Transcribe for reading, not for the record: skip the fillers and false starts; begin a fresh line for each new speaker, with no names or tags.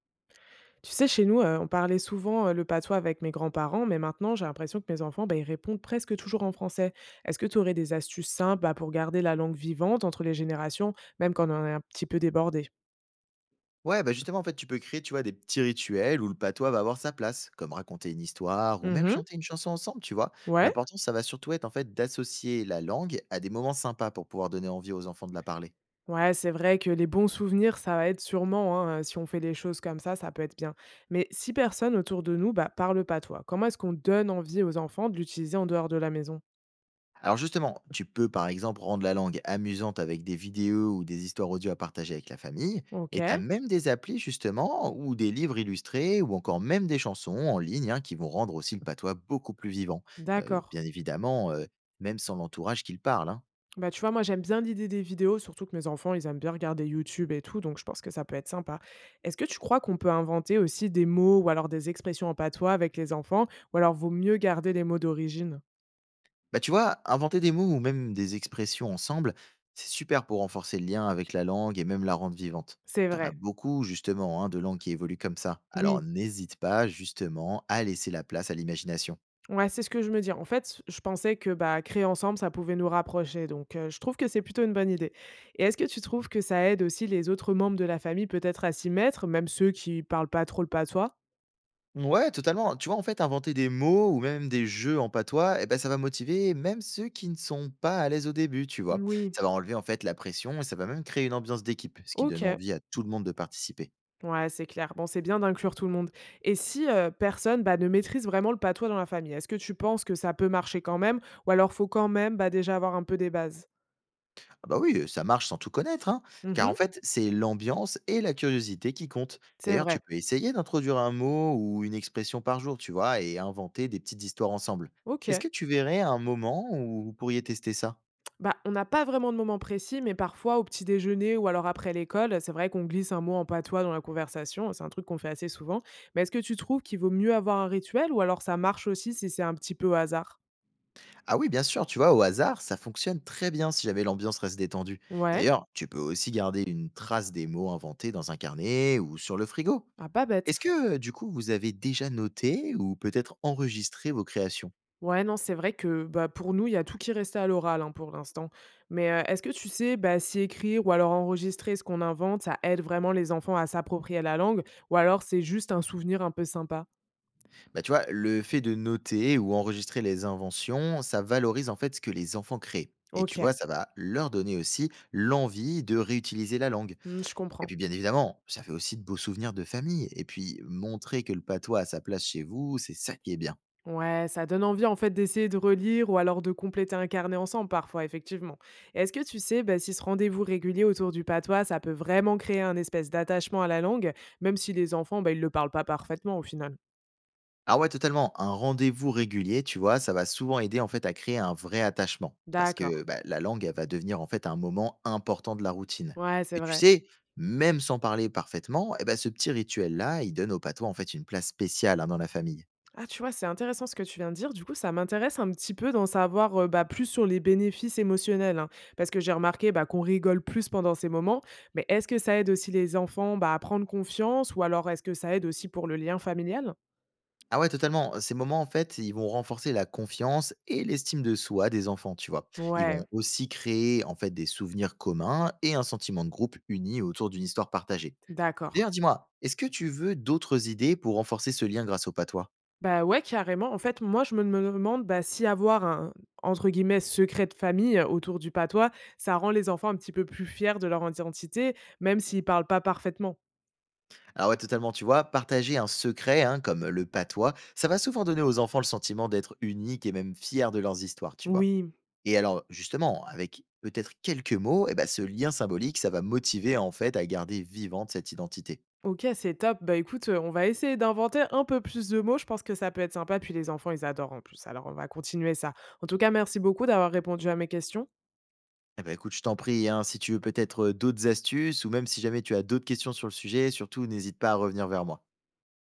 Tu sais, chez nous, on parlait souvent, le patois avec mes grands-parents, mais maintenant j'ai l'impression que mes enfants, bah, ils répondent presque toujours en français. Est-ce que tu aurais des astuces simples, bah, pour garder la langue vivante entre les générations, même quand on est un petit peu débordés?
Ouais, bah justement, en fait, tu peux créer, tu vois, des petits rituels où le patois va avoir sa place, comme raconter une histoire ou même
Mhm.
chanter une chanson ensemble, tu vois.
Ouais.
L'important, ça va surtout être, en fait, d'associer la langue à des moments sympas pour pouvoir donner envie aux enfants de la parler.
Ouais, c'est vrai que les bons souvenirs, ça va être sûrement, hein, si on fait les choses comme ça peut être bien. Mais si personne autour de nous, bah, parle patois, comment est-ce qu'on donne envie aux enfants de l'utiliser en dehors de la maison?
Alors justement, tu peux, par exemple, rendre la langue amusante avec des vidéos ou des histoires audio à partager avec la famille, et t'as
OK,
même des applis, justement, ou des livres illustrés, ou encore même des chansons en ligne, hein, qui vont rendre aussi le patois beaucoup plus vivant.
d'accord.
Bien évidemment, même sans l'entourage qu'il parle, hein.
Bah, tu vois, moi, j'aime bien l'idée des vidéos, surtout que mes enfants, ils aiment bien regarder YouTube et tout, donc je pense que ça peut être sympa. Est-ce que tu crois qu'on peut inventer aussi des mots ou alors des expressions en patois avec les enfants, ou alors vaut mieux garder les mots d'origine?
Bah, tu vois, inventer des mots ou même des expressions ensemble, c'est super pour renforcer le lien avec la langue et même la rendre vivante.
C'est
Il y en a
vrai,
beaucoup, justement, hein, de langues qui évoluent comme ça. Alors,
oui.
n'hésite pas, justement, à laisser la place à l'imagination.
Ouais, c'est ce que je me dis. En fait, je pensais que bah, créer ensemble, ça pouvait nous rapprocher. Donc, je trouve que c'est plutôt une bonne idée. Et est-ce que tu trouves que ça aide aussi les autres membres de la famille peut-être à s'y mettre, même ceux qui parlent pas trop le patois?
Ouais, totalement. Tu vois, en fait, inventer des mots ou même des jeux en patois, eh ben, ça va motiver même ceux qui ne sont pas à l'aise au début, tu vois.
Oui.
Ça va enlever, en fait, la pression et ça va même créer une ambiance d'équipe, ce qui
Ok.
donne envie à tout le monde de participer.
Ouais, c'est clair. Bon, c'est bien d'inclure tout le monde. Et si personne bah, ne maîtrise vraiment le patois dans la famille, est-ce que tu penses que ça peut marcher quand même? Ou alors faut quand même bah, déjà avoir un peu des bases?
Ah bah oui, ça marche sans tout connaître, hein, car
Mhm.
en fait, c'est l'ambiance et la curiosité qui comptent.
C'est
D'ailleurs, tu
vrai.
peux essayer d'introduire un mot ou une expression par jour, tu vois, et inventer des petites histoires ensemble.
Ok.
Est-ce que tu verrais un moment où vous pourriez tester ça?
Bah, on n'a pas vraiment de moment précis, mais parfois au petit déjeuner ou alors après l'école, c'est vrai qu'on glisse un mot en patois dans la conversation. C'est un truc qu'on fait assez souvent. Mais est-ce que tu trouves qu'il vaut mieux avoir un rituel ou alors ça marche aussi si c'est un petit peu au hasard?
Ah oui, bien sûr, tu vois, au hasard, ça fonctionne très bien si jamais l'ambiance reste détendue.
Ouais.
D'ailleurs, tu peux aussi garder une trace des mots inventés dans un carnet ou sur le frigo.
Ah, pas
Est-ce
bête.
que, du coup, vous avez déjà noté ou peut-être enregistré vos créations?
Ouais, non, c'est vrai que, bah, pour nous, il y a tout qui restait à l'oral, hein, pour l'instant. Mais, est-ce que tu sais, bah, si écrire ou alors enregistrer ce qu'on invente, ça aide vraiment les enfants à s'approprier la langue ou alors c'est juste un souvenir un peu sympa?
Bah, tu vois, le fait de noter ou enregistrer les inventions, ça valorise en fait ce que les enfants créent. Et tu
OK,
vois, ça va leur donner aussi l'envie de réutiliser la langue.
mmh, je
Et
comprends.
puis bien évidemment, ça fait aussi de beaux souvenirs de famille. Et puis montrer que le patois a sa place chez vous, c'est ça qui est bien.
Ouais, ça donne envie, en fait, d'essayer de relire ou alors de compléter un carnet ensemble parfois, effectivement. Est-ce que tu sais, bah, si ce rendez-vous régulier autour du patois, ça peut vraiment créer un espèce d'attachement à la langue, même si les enfants, bah, ils ne le parlent pas parfaitement, au final?
Ah ouais, totalement. Un rendez-vous régulier, tu vois, ça va souvent aider en fait à créer un vrai attachement. Parce
D'accord.
que bah, la langue, elle va devenir en fait un moment important de la routine.
Ouais, c'est
Et tu
vrai.
sais, même sans parler parfaitement, eh ben, ce petit rituel-là, il donne au patois en fait une place spéciale hein, dans la famille.
Ah, tu vois, c'est intéressant ce que tu viens de dire. Du coup, ça m'intéresse un petit peu d'en savoir bah, plus sur les bénéfices émotionnels, hein, parce que j'ai remarqué bah, qu'on rigole plus pendant ces moments. Mais est-ce que ça aide aussi les enfants bah, à prendre confiance, ou alors est-ce que ça aide aussi pour le lien familial?
Ah ouais, totalement. Ces moments, en fait, ils vont renforcer la confiance et l'estime de soi des enfants, tu vois. Ils
Ouais,
vont aussi créer en fait des souvenirs communs et un sentiment de groupe uni autour d'une histoire partagée.
d'accord.
D'ailleurs, dis-moi, est-ce que tu veux d'autres idées pour renforcer ce lien grâce au patois?
Bah ouais, carrément. En fait, moi, je me demande bah, si avoir un entre guillemets secret de famille autour du patois, ça rend les enfants un petit peu plus fiers de leur identité, même s'ils parlent pas parfaitement.
Alors ouais, totalement, tu vois, partager un secret, hein, comme le patois, ça va souvent donner aux enfants le sentiment d'être uniques et même fiers de leurs histoires, tu vois.
Oui,
Et alors, justement, avec peut-être quelques mots, eh ben, ce lien symbolique, ça va motiver en fait à garder vivante cette identité.
OK, c'est top. Bah, écoute, on va essayer d'inventer un peu plus de mots. Je pense que ça peut être sympa, puis les enfants, ils adorent en plus. Alors on va continuer ça. En tout cas, merci beaucoup d'avoir répondu à mes questions.
Eh ben, écoute, je t'en prie, hein, si tu veux peut-être d'autres astuces ou même si jamais tu as d'autres questions sur le sujet, surtout n'hésite pas à revenir vers moi.